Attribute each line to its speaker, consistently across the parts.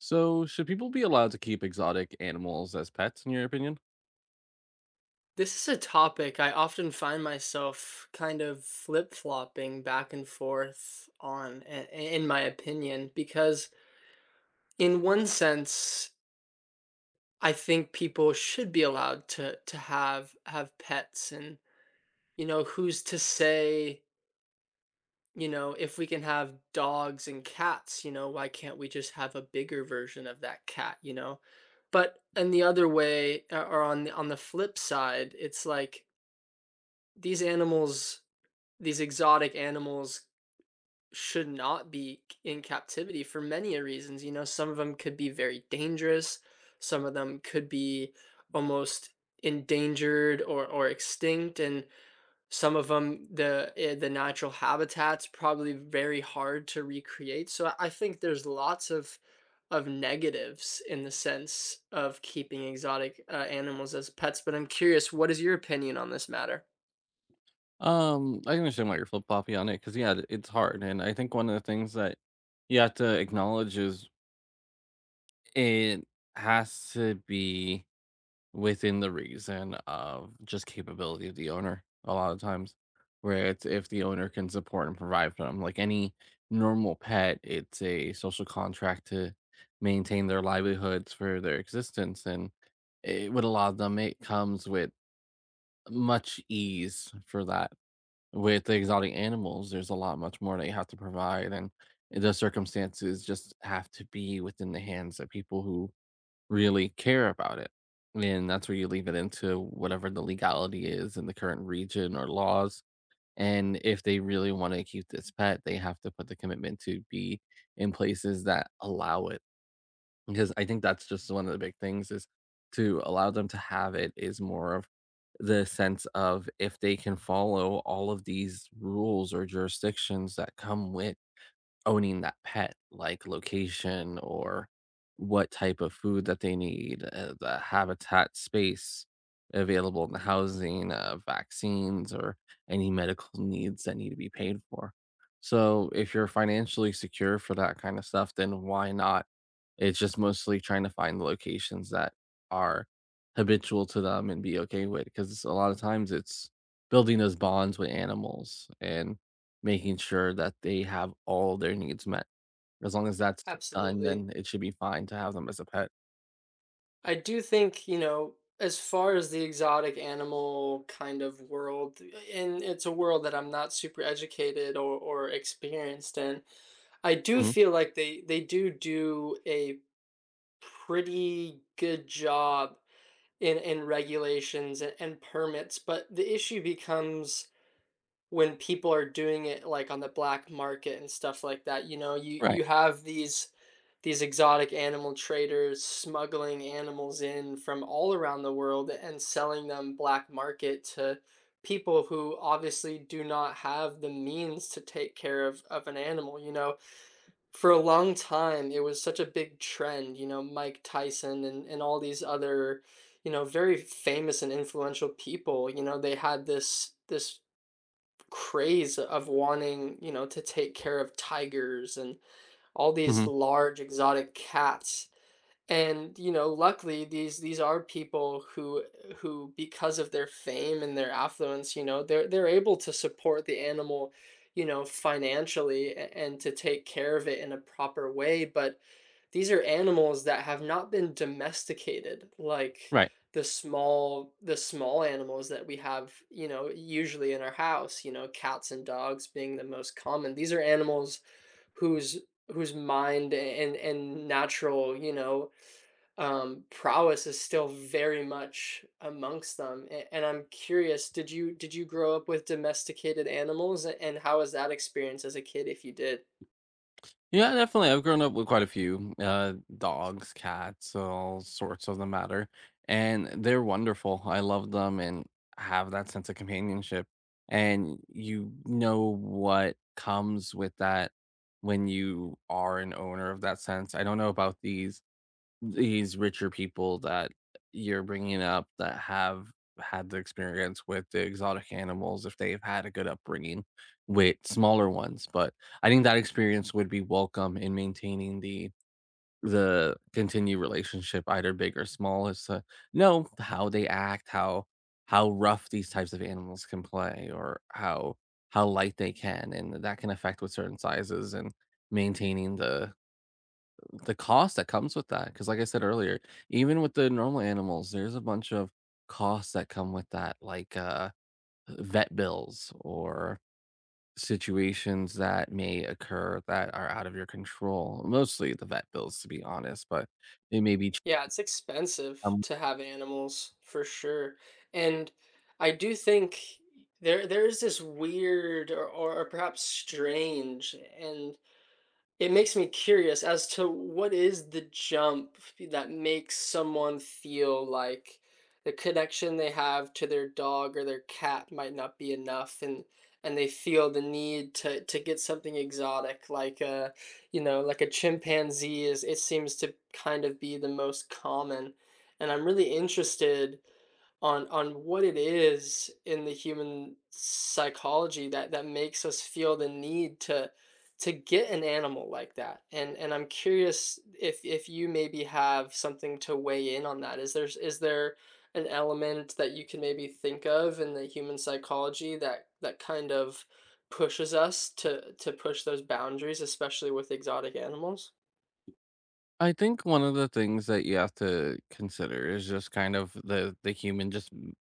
Speaker 1: So, should people be allowed to keep exotic animals as pets, in your opinion?
Speaker 2: This is a topic I often find myself kind of flip-flopping back and forth on, in my opinion, because in one sense, I think people should be allowed to have pets. And you know, who's to say, you know, if we can have dogs and cats, you know, why can't we just have a bigger version of that cat, you know? But in the other way, or on the flip side, it's like these animals these exotic animals should not be in captivity for many reasons. You know, some of them could be very dangerous, some of them could be almost endangered or extinct, and some of them, the natural habitat's probably very hard to recreate. So I think there's lots of negatives in the sense of keeping exotic, animals as pets. But I'm curious, what is your opinion on this matter?
Speaker 1: I understand why you're flip floppy on it because, yeah, it's hard. And I think one of the things that you have to acknowledge is it has to be within the reason of just capability of the owner a lot of times, where it's if the owner can support and provide for them. Like any normal pet, it's a social contract to maintain their livelihoods for their existence. And it, with a lot of them, it comes with much ease for that. With the exotic animals, there's a lot much more that you have to provide, and the circumstances just have to be within the hands of people who really care about it. And that's where you leave it into whatever the legality is in the current region or laws. And if they really want to keep this pet, they have to put the commitment to be in places that allow it. Because I think that's just one of the big things is to allow them to have it is more of the sense of if they can follow all of these rules or jurisdictions that come with owning that pet, like location or what type of food that they need, the habitat space available in the housing, vaccines, or any medical needs that need to be paid for. So, if you're financially secure for that kind of stuff, then why not? It's just mostly trying to find the locations that are habitual to them and be okay with because a lot of times it's building those bonds with animals and making sure that they have all their needs met. As long as that's done,
Speaker 2: Absolutely.
Speaker 1: then it should be fine to have them as a pet.
Speaker 2: I do think, you know, as far as the exotic animal kind of world, and it's a world that I'm not super educated or experienced in, I do
Speaker 1: Mhm,
Speaker 2: feel like they do do a pretty good job in, regulations and, permits. But the issue becomes when people are doing it, like, on the black market and stuff like that. You know, you
Speaker 1: right,
Speaker 2: you have these exotic animal traders smuggling animals in from all around the world and selling them black market to people who obviously do not have the means to take care of an animal, you know? For a long time, it was such a big trend. You know, Mike Tyson and all these other, you know, very famous and influential people, you know, they had this craze of wanting, you know, to take care of tigers and all these
Speaker 1: mhm,
Speaker 2: large exotic cats. And, you know, luckily these are people who because of their fame and their affluence, you know, they're able to support the animal, you know, financially and to take care of it in a proper way. But these are animals that have not been domesticated like
Speaker 1: right.
Speaker 2: the small animals that we have, you know, usually in our house, you know, cats and dogs being the most common. These are animals whose whose mind and natural, you know, prowess is still very much amongst them. And I'm curious, did you grow up with domesticated animals? And how was that experience as a kid if you did?
Speaker 1: Yeah, definitely, I've grown up with quite a few, dogs, cats, all sorts of the matter, and they're wonderful. I love them and have that sense of companionship, and you know what comes with that when you are an owner of that sense. I don't know about these these richer people that you're bringing up that have had the experience with the exotic animals if they've had a good upbringing with smaller ones, but I think that experience would be welcome in maintaining the continued relationship either big or small is to know how they act, how rough these types of animals can play or how light they can, and that can affect with certain sizes and maintaining the cost that comes with that, because like I said earlier, even with the normal animals, there's a bunch of costs that come with that, like, vet bills or situations that may occur that are out of your control. Mostly the vet bills, to be honest, but it may be
Speaker 2: Yeah, it's expensive to have animals for sure. And I do think there is this weird or perhaps strange and it makes me curious as to what is the jump that makes someone feel like the connection they have to their dog or their cat might not be enough and they feel the need to get something exotic like a, you know, like a chimpanzee. Is it seems to kind of be the most common, and I'm really interested on what it is in the human psychology that makes us feel the need to get an animal like that. And I'm curious if you maybe have something to weigh in on that. Is there an element that you can maybe think of in the human psychology that that kind of pushes us to push those boundaries, especially with exotic animals?
Speaker 1: I think one of the things that you have to consider is just kind of the human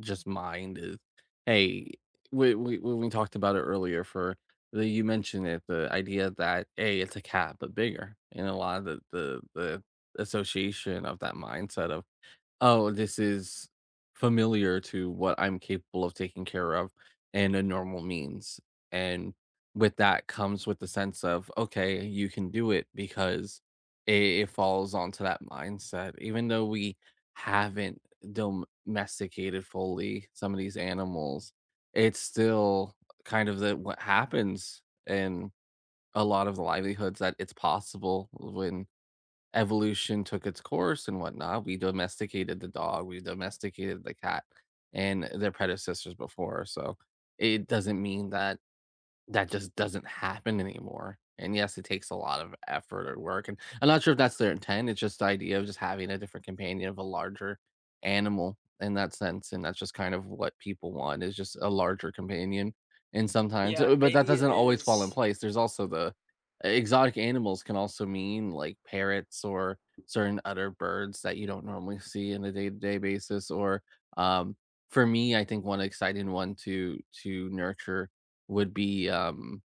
Speaker 1: just mind is hey we when we talked about it earlier for the you mentioned it the idea that a it's a cat but bigger and a lot of the the association of that mindset of oh, this is familiar to what I'm capable of taking care of in a normal means. And with that comes with the sense of, okay, you can do it because it falls onto that mindset. Even though we haven't domesticated fully some of these animals, it's still kind of the what happens in a lot of the livelihoods that it's possible when evolution took its course and whatnot. We domesticated the dog, we domesticated the cat and their predecessors before. So it doesn't mean that that just doesn't happen anymore, and yes, it takes a lot of effort or work, and I'm not sure if that's their intent, it's just the idea of just having a different companion of a larger animal in that sense, and that's just kind of what people want is just a larger companion, and sometimes
Speaker 2: Yeah,
Speaker 1: but that
Speaker 2: maybe it
Speaker 1: doesn't always fall in
Speaker 2: is.
Speaker 1: place, there's also the exotic animals can also mean, like, parrots or certain other birds that you don't normally see in a day-to-day basis, or, um, for me, I think one exciting one to nurture would be, um,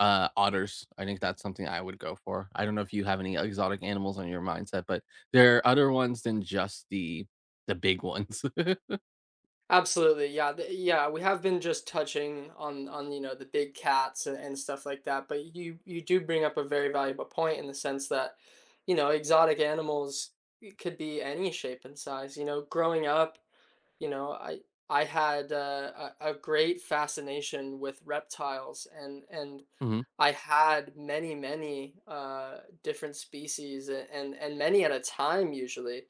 Speaker 1: uh, otters. I think that's something I would go for. I don't know if you have any exotic animals on your mindset, but there are other ones than just the big ones.
Speaker 2: Absolutely, yeah, we have been just touching on you know, the big cats and stuff like that. But you do bring up a very valuable point in the sense that, you know, exotic animals could be any shape and size. You know, growing up, you know, I had, a great fascination with reptiles, and
Speaker 1: Mhm.
Speaker 2: I had many many, different species, and many at a time usually.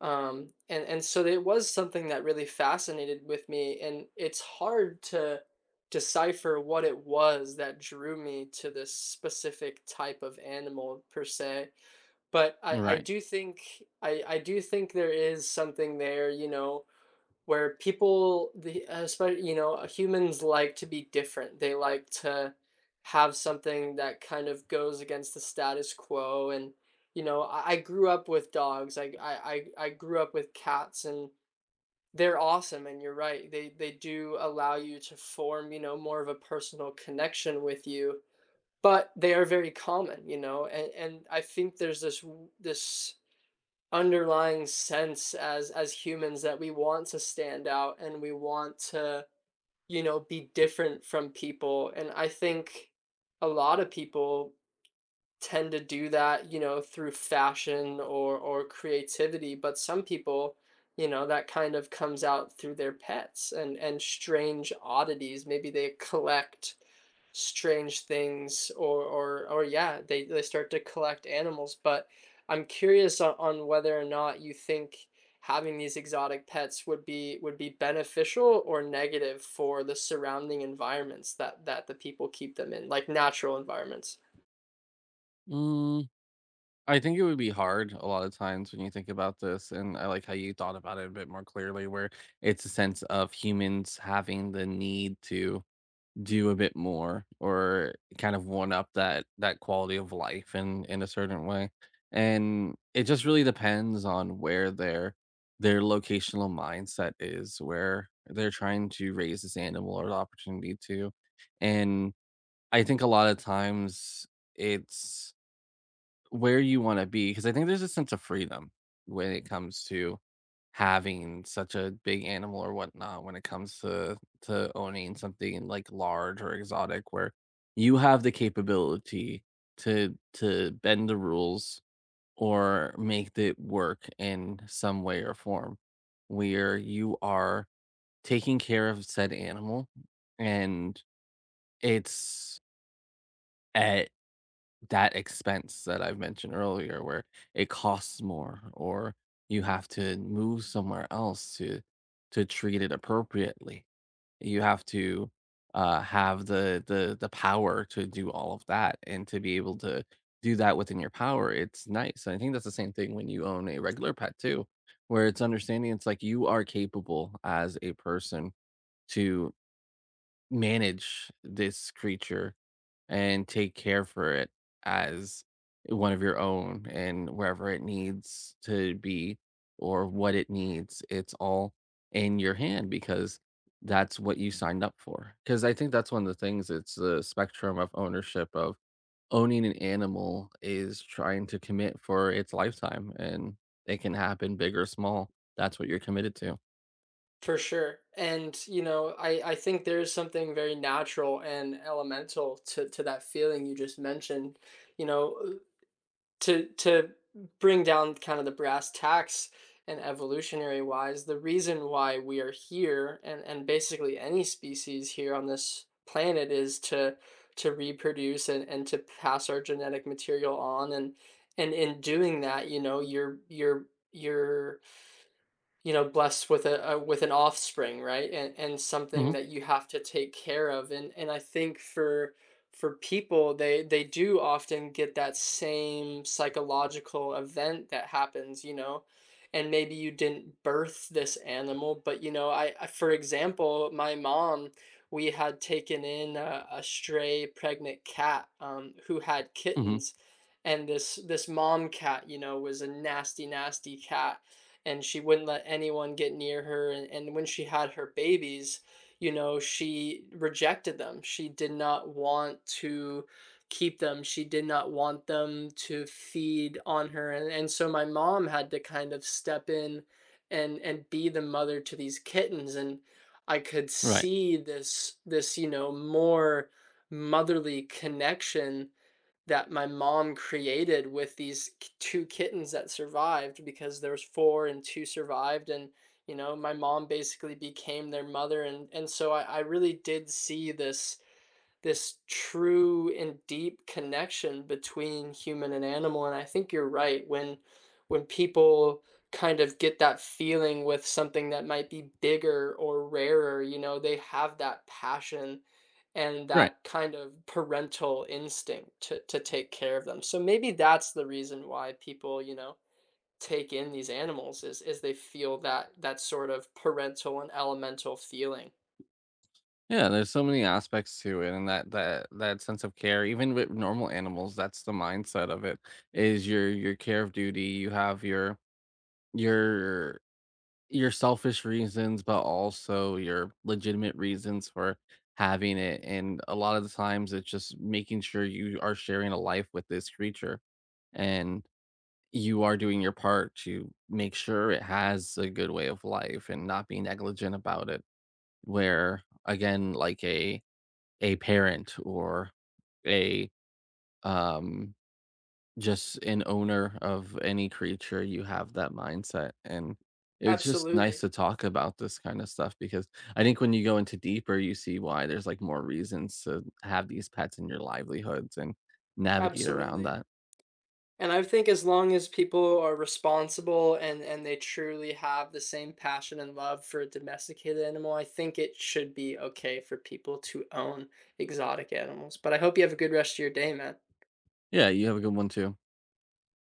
Speaker 2: Um, and so it was something that really fascinated with me. And it's hard to decipher what it was that drew me to this specific type of animal per se, but I
Speaker 1: Right.
Speaker 2: do think I do think there is something there, you know, where people, the especially, you know, humans like to be different. They like to have something that kind of goes against the status quo. And, you know, I grew up with dogs. I grew up with cats, and they're awesome, and you're right. They do allow you to form, you know, more of a personal connection with you. But they are very common, you know, and I think there's this underlying sense as humans that we want to stand out and we want to, you know, be different from people. And I think a lot of people tend to do that, you know, through fashion or creativity. But some people, you know, that kind of comes out through their pets and strange oddities. Maybe they collect strange things or yeah, they start to collect animals. But I'm curious on, whether or not you think having these exotic pets would be beneficial or negative for the surrounding environments that the people keep them in, like natural environments.
Speaker 1: Mm, I think it would be hard a lot of times when you think about this, and I like how you thought about it a bit more clearly, where it's a sense of humans having the need to do a bit more or kind of one up that that quality of life in a certain way. And it just really depends on where their locational mindset is, where they're trying to raise this animal or the opportunity to. And I think a lot of times it's where you wanna be, because I think there's a sense of freedom when it comes to having such a big animal or whatnot when it comes to owning something, like, large or exotic where you have the capability to bend the rules or make it work in some way or form, where you are taking care of said animal, and it's at that expense that I've mentioned earlier where it costs more or you have to move somewhere else to treat it appropriately. You have to have the the power to do all of that and to be able to do that within your power. It's nice. And I think that's the same thing when you own a regular pet too, where it's understanding it's like you are capable as a person to manage this creature and take care for it as one of your own and wherever it needs to be or what it needs it's all in your hand because that's what you signed up for because I think that's one of the things it's the spectrum of ownership of owning an animal is trying to commit for its lifetime and it can happen big or small. That's what you're committed to.
Speaker 2: For sure. And, you know, I think there is something very natural and elemental to, that feeling you just mentioned, you know, to, bring down kind of the brass tacks. And evolutionary wise, the reason why we are here and basically any species here on this planet is to reproduce and to pass our genetic material on. And in doing that, you know, you're you know, blessed with a, with an offspring, right? And something
Speaker 1: Hmm,
Speaker 2: that you have to take care of. And I think for people, they do often get that same psychological event that happens, you know. And maybe you didn't birth this animal, but, you know, I, for example, my mom, we had taken in a stray pregnant cat, who had
Speaker 1: hmm,
Speaker 2: kittens. And this mom cat, you know, was a nasty nasty cat, and she wouldn't let anyone get near her. And when she had her babies, you know, she rejected them. She did not want to keep them. She did not want them to feed on her. And so my mom had to kind of step in and be the mother to these kittens. And I could
Speaker 1: right,
Speaker 2: see this, you know, more motherly connection that my mom created with these two kittens that survived, because there was four and two survived. And you know, my mom basically became their mother. And so I really did see this true and deep connection between human and animal. And I think you're right, when people kind of get that feeling with something that might be bigger or rarer, you know, they have that passion and
Speaker 1: right.
Speaker 2: that kind of parental instinct to take care of them. So maybe that's the reason why people, you know, take in these animals, is they feel that that sort of parental and elemental feeling.
Speaker 1: Yeah, there's so many aspects to it, and that that sense of care, even with normal animals, that's the mindset of it. Is your care of duty. You have your your your selfish reasons, but also your legitimate reasons for having it. And a lot of the times, it's just making sure you are sharing a life with this creature, and you are doing your part to make sure it has a good way of life and not be negligent about it. Where again, like a parent or a um just an owner of any creature you have that mindset and it's just nice
Speaker 2: Absolutely,
Speaker 1: to talk about this kind of stuff because I think when you go into deeper you see why there's like more reasons to have these pets in your livelihoods and navigate around
Speaker 2: absolutely.
Speaker 1: that.
Speaker 2: And I think as long as people are responsible and they truly have the same passion and love for a domesticated animal, I think it should be okay for people to own exotic animals. But I hope you have a good rest of your day, man.
Speaker 1: Yeah, you have a good one too.